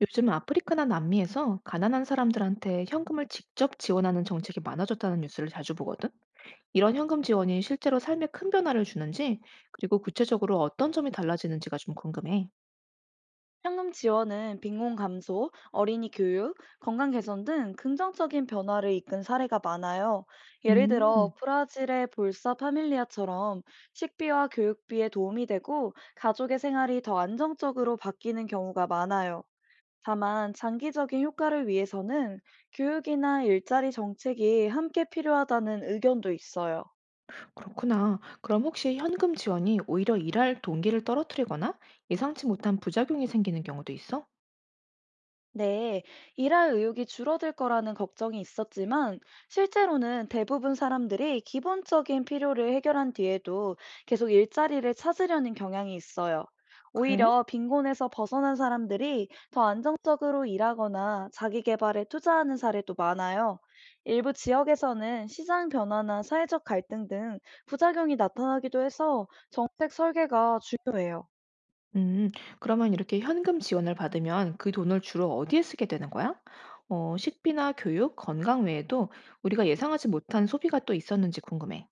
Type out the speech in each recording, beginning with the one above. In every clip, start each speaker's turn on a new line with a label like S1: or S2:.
S1: 요즘 아프리카나 남미에서 가난한 사람들한테 현금을 직접 지원하는 정책이 많아졌다는 뉴스를 자주 보거든. 이런 현금 지원이 실제로 삶에 큰 변화를 주는지, 그리고 구체적으로 어떤 점이 달라지는지가 좀 궁금해.
S2: 현금 지원은 빈곤 감소, 어린이 교육, 건강 개선 등 긍정적인 변화를 이끈 사례가 많아요. 예를 들어
S1: 음,
S2: 브라질의 볼사 파밀리아처럼 식비와 교육비에 도움이 되고 가족의 생활이 더 안정적으로 바뀌는 경우가 많아요. 다만 장기적인 효과를 위해서는 교육이나 일자리 정책이 함께 필요하다는 의견도 있어요.
S1: 그렇구나. 그럼 혹시 현금 지원이 오히려 일할 동기를 떨어뜨리거나 예상치 못한 부작용이 생기는 경우도 있어?
S2: 네, 일할 의욕이 줄어들 거라는 걱정이 있었지만 실제로는 대부분 사람들이 기본적인 필요를 해결한 뒤에도 계속 일자리를 찾으려는 경향이 있어요.
S1: 그래?
S2: 오히려 빈곤에서 벗어난 사람들이 더 안정적으로 일하거나 자기 개발에 투자하는 사례도 많아요. 일부 지역에서는 시장 변화나 사회적 갈등 등 부작용이 나타나기도 해서 정책 설계가 중요해요.
S1: 음, 그러면 이렇게 현금 지원을 받으면 그 돈을 주로 어디에 쓰게 되는 거야? 어, 식비나 교육, 건강 외에도 우리가 예상하지 못한 소비가 또 있었는지 궁금해.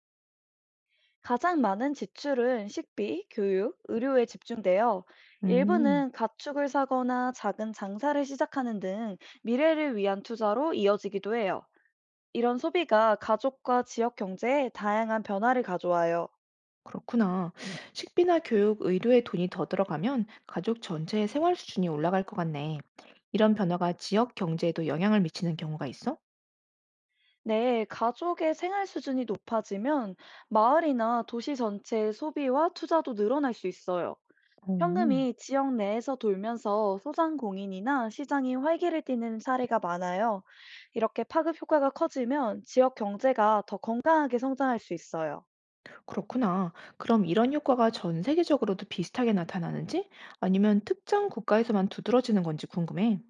S2: 가장 많은 지출은 식비, 교육, 의료에 집중되어
S1: 음,
S2: 일부는 가축을 사거나 작은 장사를 시작하는 등 미래를 위한 투자로 이어지기도 해요. 이런 소비가 가족과 지역 경제에 다양한 변화를 가져와요.
S1: 그렇구나. 식비나 교육, 의료에 돈이 더 들어가면 가족 전체의 생활 수준이 올라갈 것 같네. 이런 변화가 지역 경제에도 영향을 미치는 경우가 있어?
S2: 네, 가족의 생활 수준이 높아지면 마을이나 도시 전체의 소비와 투자도 늘어날 수 있어요.
S1: 음,
S2: 현금이 지역 내에서 돌면서 소상공인이나 시장이 활기를 띠는 사례가 많아요. 이렇게 파급 효과가 커지면 지역 경제가 더 건강하게 성장할 수 있어요.
S1: 그렇구나. 그럼 이런 효과가 전 세계적으로도 비슷하게 나타나는지 아니면 특정 국가에서만 두드러지는 건지 궁금해.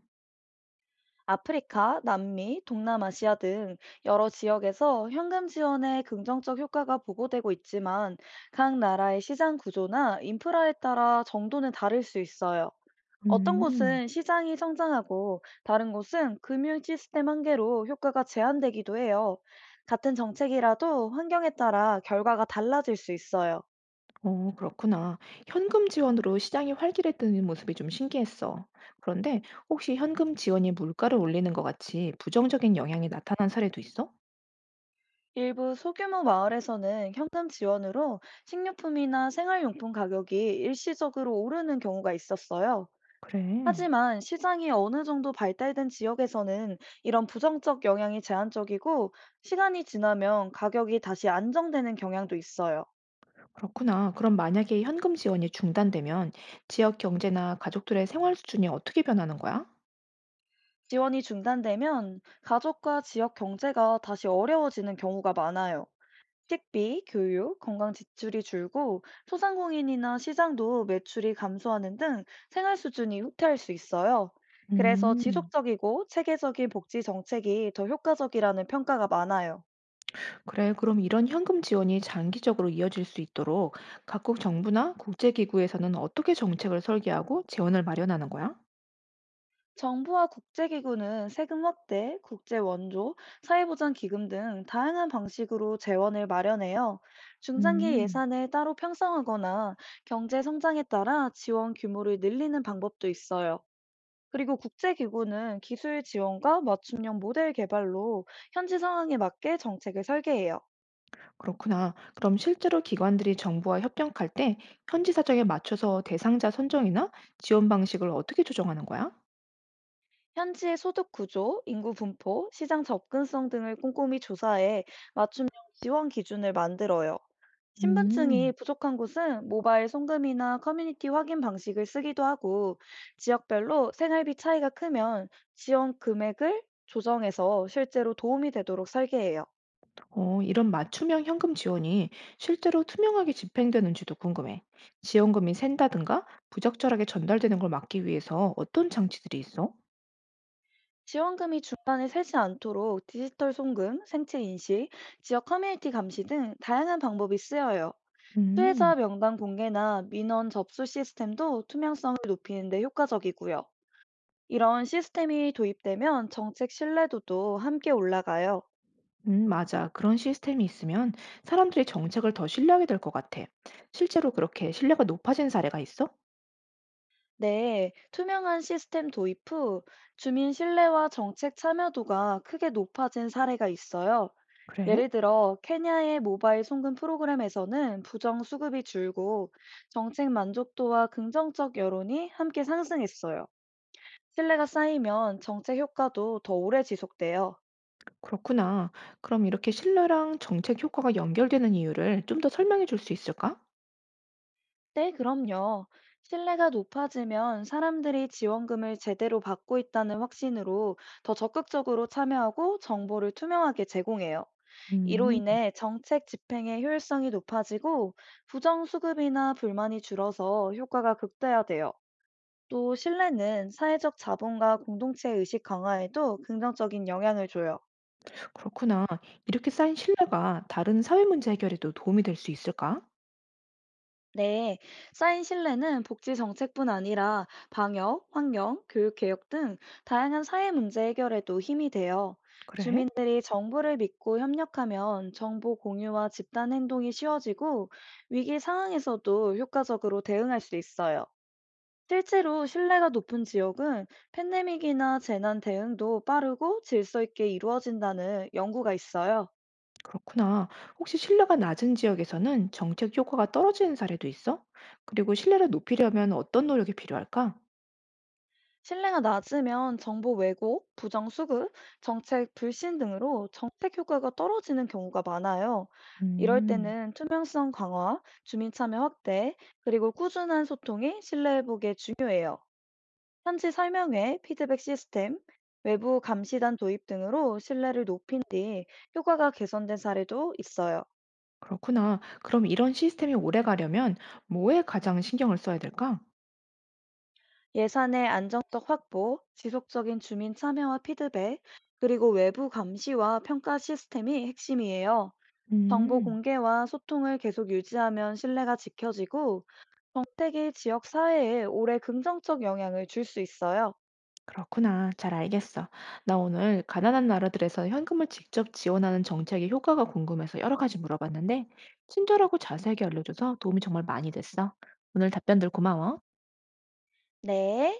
S2: 아프리카, 남미, 동남아시아 등 여러 지역에서 현금 지원의 긍정적 효과가 보고되고 있지만 각 나라의 시장 구조나 인프라에 따라 정도는 다를 수 있어요. 어떤
S1: 음.
S2: 곳은 시장이 성장하고 다른 곳은 금융 시스템 한계로 효과가 제한되기도 해요. 같은 정책이라도 환경에 따라 결과가 달라질 수 있어요.
S1: 어, 그렇구나. 현금 지원으로 시장이 활기를 뜨는 모습이 좀 신기했어. 그런데 혹시 현금 지원이 물가를 올리는 것 같이 부정적인 영향이 나타난 사례도 있어?
S2: 일부 소규모 마을에서는 현금 지원으로 식료품이나 생활용품 가격이 일시적으로 오르는 경우가 있었어요.
S1: 그래,
S2: 하지만 시장이 어느 정도 발달된 지역에서는 이런 부정적 영향이 제한적이고 시간이 지나면 가격이 다시 안정되는 경향도 있어요.
S1: 그렇구나. 그럼 만약에 현금 지원이 중단되면 지역 경제나 가족들의 생활 수준이 어떻게 변하는 거야?
S2: 지원이 중단되면 가족과 지역 경제가 다시 어려워지는 경우가 많아요. 식비, 교육, 건강 지출이 줄고 소상공인이나 시장도 매출이 감소하는 등 생활 수준이 후퇴할 수 있어요. 그래서
S1: 음,
S2: 지속적이고 체계적인 복지 정책이 더 효과적이라는 평가가 많아요.
S1: 그래. 그럼 이런 현금 지원이 장기적으로 이어질 수 있도록 각국 정부나 국제기구에서는 어떻게 정책을 설계하고 재원을 마련하는 거야?
S2: 정부와 국제기구는 세금 확대, 국제 원조, 사회보장 기금 등 다양한 방식으로 재원을 마련해요. 중장기
S1: 음.
S2: 예산을 따로 편성하거나 경제 성장에 따라 지원 규모를 늘리는 방법도 있어요. 그리고 국제기구는 기술 지원과 맞춤형 모델 개발로 현지 상황에 맞게 정책을 설계해요.
S1: 그렇구나. 그럼 실제로 기관들이 정부와 협력할 때 현지 사정에 맞춰서 대상자 선정이나 지원 방식을 어떻게 조정하는 거야?
S2: 현지의 소득 구조, 인구 분포, 시장 접근성 등을 꼼꼼히 조사해 맞춤형 지원 기준을 만들어요.
S1: 음,
S2: 신분증이 부족한 곳은 모바일 송금이나 커뮤니티 확인 방식을 쓰기도 하고 지역별로 생활비 차이가 크면 지원 금액을 조정해서 실제로 도움이 되도록 설계해요.
S1: 어, 이런 맞춤형 현금 지원이 실제로 투명하게 집행되는지도 궁금해. 지원금이 샌다든가 부적절하게 전달되는 걸 막기 위해서 어떤 장치들이 있어?
S2: 지원금이 중간에 새지 않도록 디지털 송금, 생체 인식, 지역 커뮤니티 감시 등 다양한 방법이 쓰여요.
S1: 음,
S2: 수혜자 명단 공개나 민원 접수 시스템도 투명성을 높이는 데 효과적이고요. 이런 시스템이 도입되면 정책 신뢰도도 함께 올라가요.
S1: 맞아. 그런 시스템이 있으면 사람들이 정책을 더 신뢰하게 될 것 같아. 실제로 그렇게 신뢰가 높아진 사례가 있어?
S2: 네, 투명한 시스템 도입 후 주민 신뢰와 정책 참여도가 크게 높아진 사례가 있어요.
S1: 그래.
S2: 예를 들어, 케냐의 모바일 송금 프로그램에서는 부정 수급이 줄고 정책 만족도와 긍정적 여론이 함께 상승했어요. 신뢰가 쌓이면 정책 효과도 더 오래 지속돼요.
S1: 그렇구나. 그럼 이렇게 신뢰랑 정책 효과가 연결되는 이유를 좀 더 설명해 줄 수 있을까?
S2: 네, 그럼요. 신뢰가 높아지면 사람들이 지원금을 제대로 받고 있다는 확신으로 더 적극적으로 참여하고 정보를 투명하게 제공해요. 이로
S1: 음,
S2: 인해 정책 집행의 효율성이 높아지고 부정수급이나 불만이 줄어서 효과가 극대화돼요. 또 신뢰는 사회적 자본과 공동체 의식 강화에도 긍정적인 영향을 줘요.
S1: 그렇구나. 이렇게 쌓인 신뢰가 다른 사회 문제 해결에도 도움이 될 수 있을까?
S2: 네, 쌓인 신뢰는 복지 정책뿐 아니라 방역, 환경, 교육 개혁 등 다양한 사회 문제 해결에도 힘이 돼요.
S1: 그래?
S2: 주민들이 정부를 믿고 협력하면 정보 공유와 집단 행동이 쉬워지고 위기 상황에서도 효과적으로 대응할 수 있어요. 실제로 신뢰가 높은 지역은 팬데믹이나 재난 대응도 빠르고 질서 있게 이루어진다는 연구가 있어요.
S1: 그렇구나. 혹시 신뢰가 낮은 지역에서는 정책 효과가 떨어지는 사례도 있어? 그리고 신뢰를 높이려면 어떤 노력이 필요할까?
S2: 신뢰가 낮으면 정보 왜곡, 부정 수급, 정책 불신 등으로 정책 효과가 떨어지는 경우가 많아요. 이럴
S1: 음,
S2: 때는 투명성 강화, 주민 참여 확대, 그리고 꾸준한 소통이 신뢰 회복에 중요해요. 현지 설명회, 피드백 시스템, 외부 감시단 도입 등으로 신뢰를 높인 뒤 효과가 개선된 사례도 있어요.
S1: 그렇구나. 그럼 이런 시스템이 오래 가려면 뭐에 가장 신경을 써야 될까?
S2: 예산의 안정적 확보, 지속적인 주민 참여와 피드백, 그리고 외부 감시와 평가 시스템이 핵심이에요. 정보
S1: 음.
S2: 공개와 소통을 계속 유지하면 신뢰가 지켜지고 정책이 지역 사회에 오래 긍정적 영향을 줄 수 있어요.
S1: 그렇구나. 잘 알겠어. 나 오늘 가난한 나라들에서 현금을 직접 지원하는 정책의 효과가 궁금해서 여러 가지 물어봤는데, 친절하고 자세하게 알려줘서 도움이 정말 많이 됐어. 오늘 답변들 고마워.
S2: 네.